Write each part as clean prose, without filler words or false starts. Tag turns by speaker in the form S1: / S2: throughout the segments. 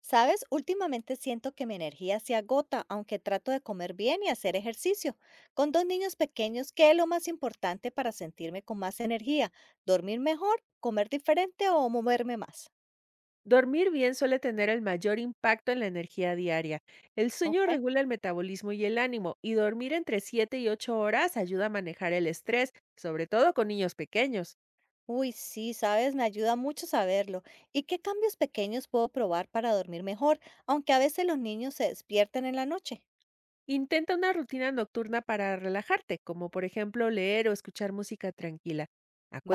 S1: ¿Sabes? Últimamente siento que mi energía se agota, aunque trato de comer bien y hacer ejercicio. Con dos niños pequeños, ¿qué es lo más importante para sentirme con más energía? ¿Dormir mejor, comer diferente o moverme más?
S2: Dormir bien suele tener el mayor impacto en la energía diaria. El sueño
S1: ¿Ok?
S2: regula el metabolismo y el ánimo, y dormir entre 7 y 8 horas ayuda a manejar el estrés, sobre todo con niños pequeños.
S1: Uy, sí, sabes, me ayuda mucho saberlo. ¿Y qué cambios pequeños puedo probar para dormir mejor, aunque a veces los niños se despiertan en la noche?
S2: Intenta una rutina nocturna para relajarte, como por ejemplo leer o escuchar música tranquila.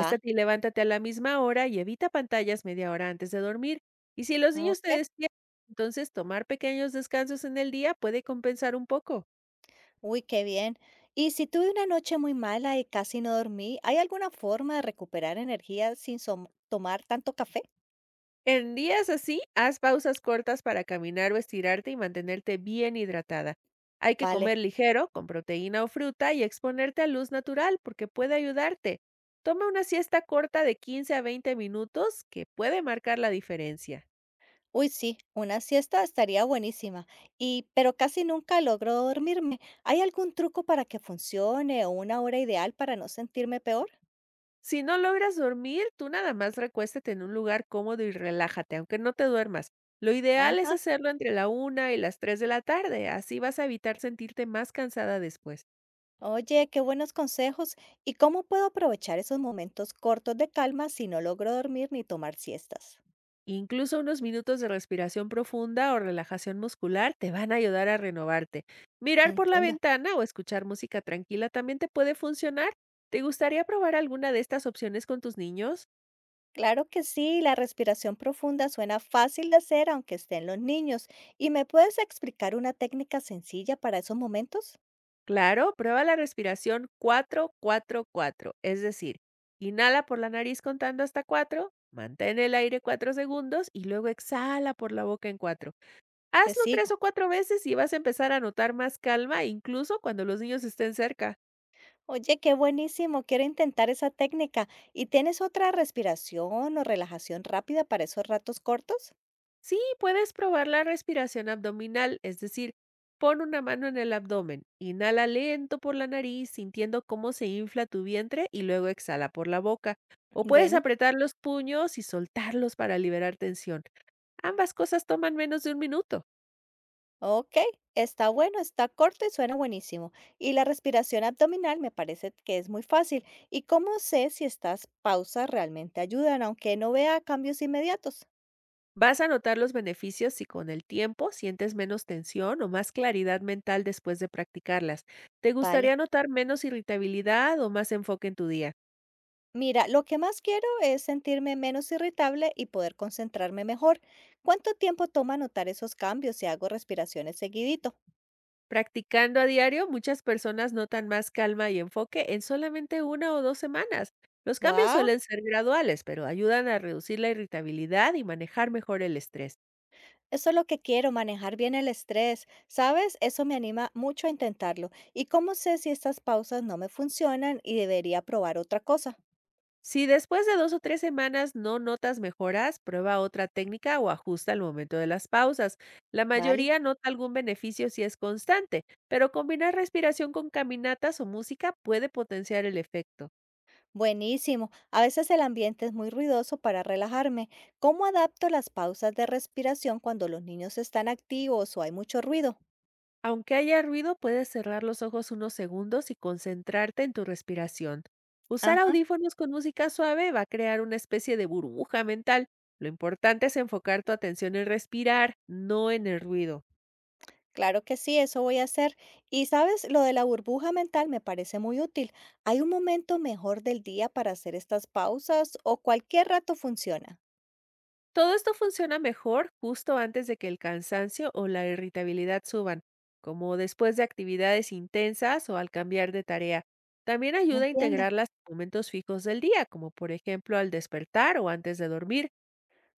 S1: Va.
S2: y levántate a la misma hora y evita pantallas media hora antes de dormir. Y si los niños te
S1: Ok.
S2: despiertan, entonces tomar pequeños descansos en el día puede compensar un poco.
S1: Uy, qué bien. Y si tuve una noche muy mala y casi no dormí, ¿hay alguna forma de recuperar energía sin tomar tanto café?
S2: En días así, haz pausas cortas para caminar o estirarte y mantenerte bien hidratada. Hay que
S1: Vale.
S2: comer ligero, con proteína o fruta y exponerte a luz natural porque puede ayudarte. Toma una siesta corta de 15 a 20 minutos que puede marcar la diferencia.
S1: Uy, sí, una siesta estaría buenísima. Y pero casi nunca logro dormirme. ¿Hay algún truco para que funcione o una hora ideal para no sentirme peor?
S2: Si no logras dormir, tú nada más recuéstate en un lugar cómodo y relájate, aunque no te duermas. Lo ideal es
S1: Ajá.
S2: hacerlo entre la una y las 3 de la tarde, así vas a evitar sentirte más cansada después.
S1: Oye, qué buenos consejos. ¿Y cómo puedo aprovechar esos momentos cortos de calma si no logro dormir ni tomar siestas?
S2: Incluso unos minutos de respiración profunda o relajación muscular te van a ayudar a renovarte. Mirar por la
S1: Entiendo.
S2: ventana o escuchar música tranquila también te puede funcionar. ¿Te gustaría probar alguna de estas opciones con tus niños?
S1: Claro que sí, la respiración profunda suena fácil de hacer aunque estén los niños. ¿Y me puedes explicar una técnica sencilla para esos momentos?
S2: Claro, prueba la respiración cuatro cuatro cuatro, es decir, inhala por la nariz contando hasta 4, mantén el aire cuatro segundos y luego exhala por la boca en 4.
S1: Te
S2: Hazlo tres o
S1: sigo.
S2: cuatro veces y vas a empezar a notar más calma incluso cuando los niños estén cerca.
S1: Oye, qué buenísimo, quiero intentar esa técnica. ¿Y tienes otra respiración o relajación rápida para esos ratos cortos?
S2: Sí, puedes probar la respiración abdominal, es decir, pon una mano en el abdomen, inhala lento por la nariz, sintiendo cómo se infla tu vientre y luego exhala por la boca. O puedes
S1: Bueno,
S2: apretar los puños y soltarlos para liberar tensión. Ambas cosas toman menos de un minuto.
S1: ok, está bueno, está corto y suena buenísimo. Y la respiración abdominal me parece que es muy fácil. ¿Y cómo sé si estas pausas realmente ayudan, aunque no vea cambios inmediatos?
S2: Vas a notar los beneficios si con el tiempo sientes menos tensión o más claridad mental después de practicarlas. ¿Te
S1: Vale.
S2: gustaría notar menos irritabilidad o más enfoque en tu día?
S1: Mira, lo que más quiero es sentirme menos irritable y poder concentrarme mejor. ¿Cuánto tiempo toma notar esos cambios si hago respiraciones seguidito?
S2: Practicando a diario, muchas personas notan más calma y enfoque en solamente una o dos semanas. Los cambios
S1: ¡Wow!
S2: suelen ser graduales, pero ayudan a reducir la irritabilidad y manejar mejor el estrés.
S1: Eso es lo que quiero, manejar bien el estrés. ¿Sabes? Eso me anima mucho a intentarlo. ¿Y cómo sé si estas pausas no me funcionan y debería probar otra cosa?
S2: Si después de dos o tres semanas no notas mejoras, prueba otra técnica o ajusta el momento de las pausas. La
S1: ¿Vale?
S2: mayoría nota algún beneficio si es constante, pero combinar respiración con caminatas o música puede potenciar el efecto.
S1: Buenísimo. A veces el ambiente es muy ruidoso para relajarme. ¿Cómo adapto las pausas de respiración cuando los niños están activos o hay mucho ruido?
S2: Aunque haya ruido, puedes cerrar los ojos unos segundos y concentrarte en tu respiración. Usar
S1: Ajá.
S2: audífonos con música suave va a crear una especie de burbuja mental. Lo importante es enfocar tu atención en respirar, no en el ruido.
S1: Claro que sí, eso voy a hacer. Y sabes, lo de la burbuja mental me parece muy útil. ¿Hay un momento mejor del día para hacer estas pausas o cualquier rato funciona?
S2: Todo esto funciona mejor justo antes de que el cansancio o la irritabilidad suban, como después de actividades intensas o al cambiar de tarea. También
S1: No
S2: ayuda a
S1: entiendo.
S2: integrarlas a momentos fijos del día, como por ejemplo al despertar o antes de dormir.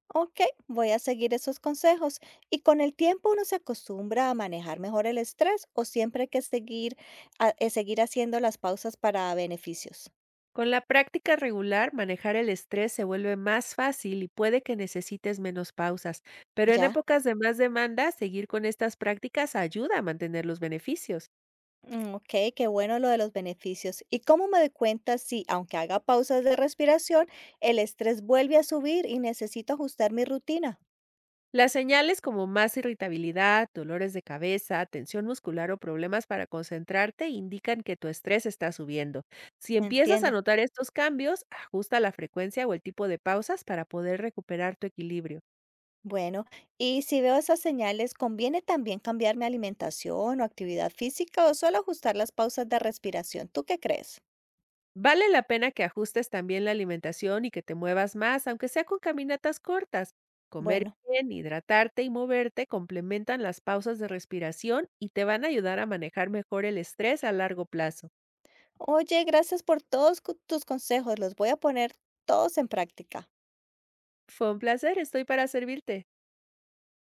S1: Ok, voy a seguir esos consejos. ¿Y con el tiempo uno se acostumbra a manejar mejor el estrés o siempre hay que seguir, seguir haciendo las pausas para beneficios?
S2: Con la práctica regular, manejar el estrés se vuelve más fácil y puede que necesites menos pausas, pero en
S1: Ya.
S2: épocas de más demanda, seguir con estas prácticas ayuda a mantener los beneficios.
S1: Ok, qué bueno lo de los beneficios. ¿Y cómo me doy cuenta si, aunque haga pausas de respiración, el estrés vuelve a subir y necesito ajustar mi rutina?
S2: Las señales como más irritabilidad, dolores de cabeza, tensión muscular o problemas para concentrarte indican que tu estrés está subiendo. Si empiezas a
S1: Entiendo.
S2: notar estos cambios, ajusta la frecuencia o el tipo de pausas para poder recuperar tu equilibrio.
S1: Bueno, y si veo esas señales, ¿conviene también cambiar mi alimentación o actividad física o solo ajustar las pausas de respiración? ¿Tú qué crees?
S2: Vale la pena que ajustes también la alimentación y que te muevas más, aunque sea con caminatas cortas. Comer
S1: Bueno,
S2: bien, hidratarte y moverte complementan las pausas de respiración y te van a ayudar a manejar mejor el estrés a largo plazo.
S1: oye, gracias por todos tus consejos. Los voy a poner todos en práctica.
S2: Fue un placer, estoy para servirte.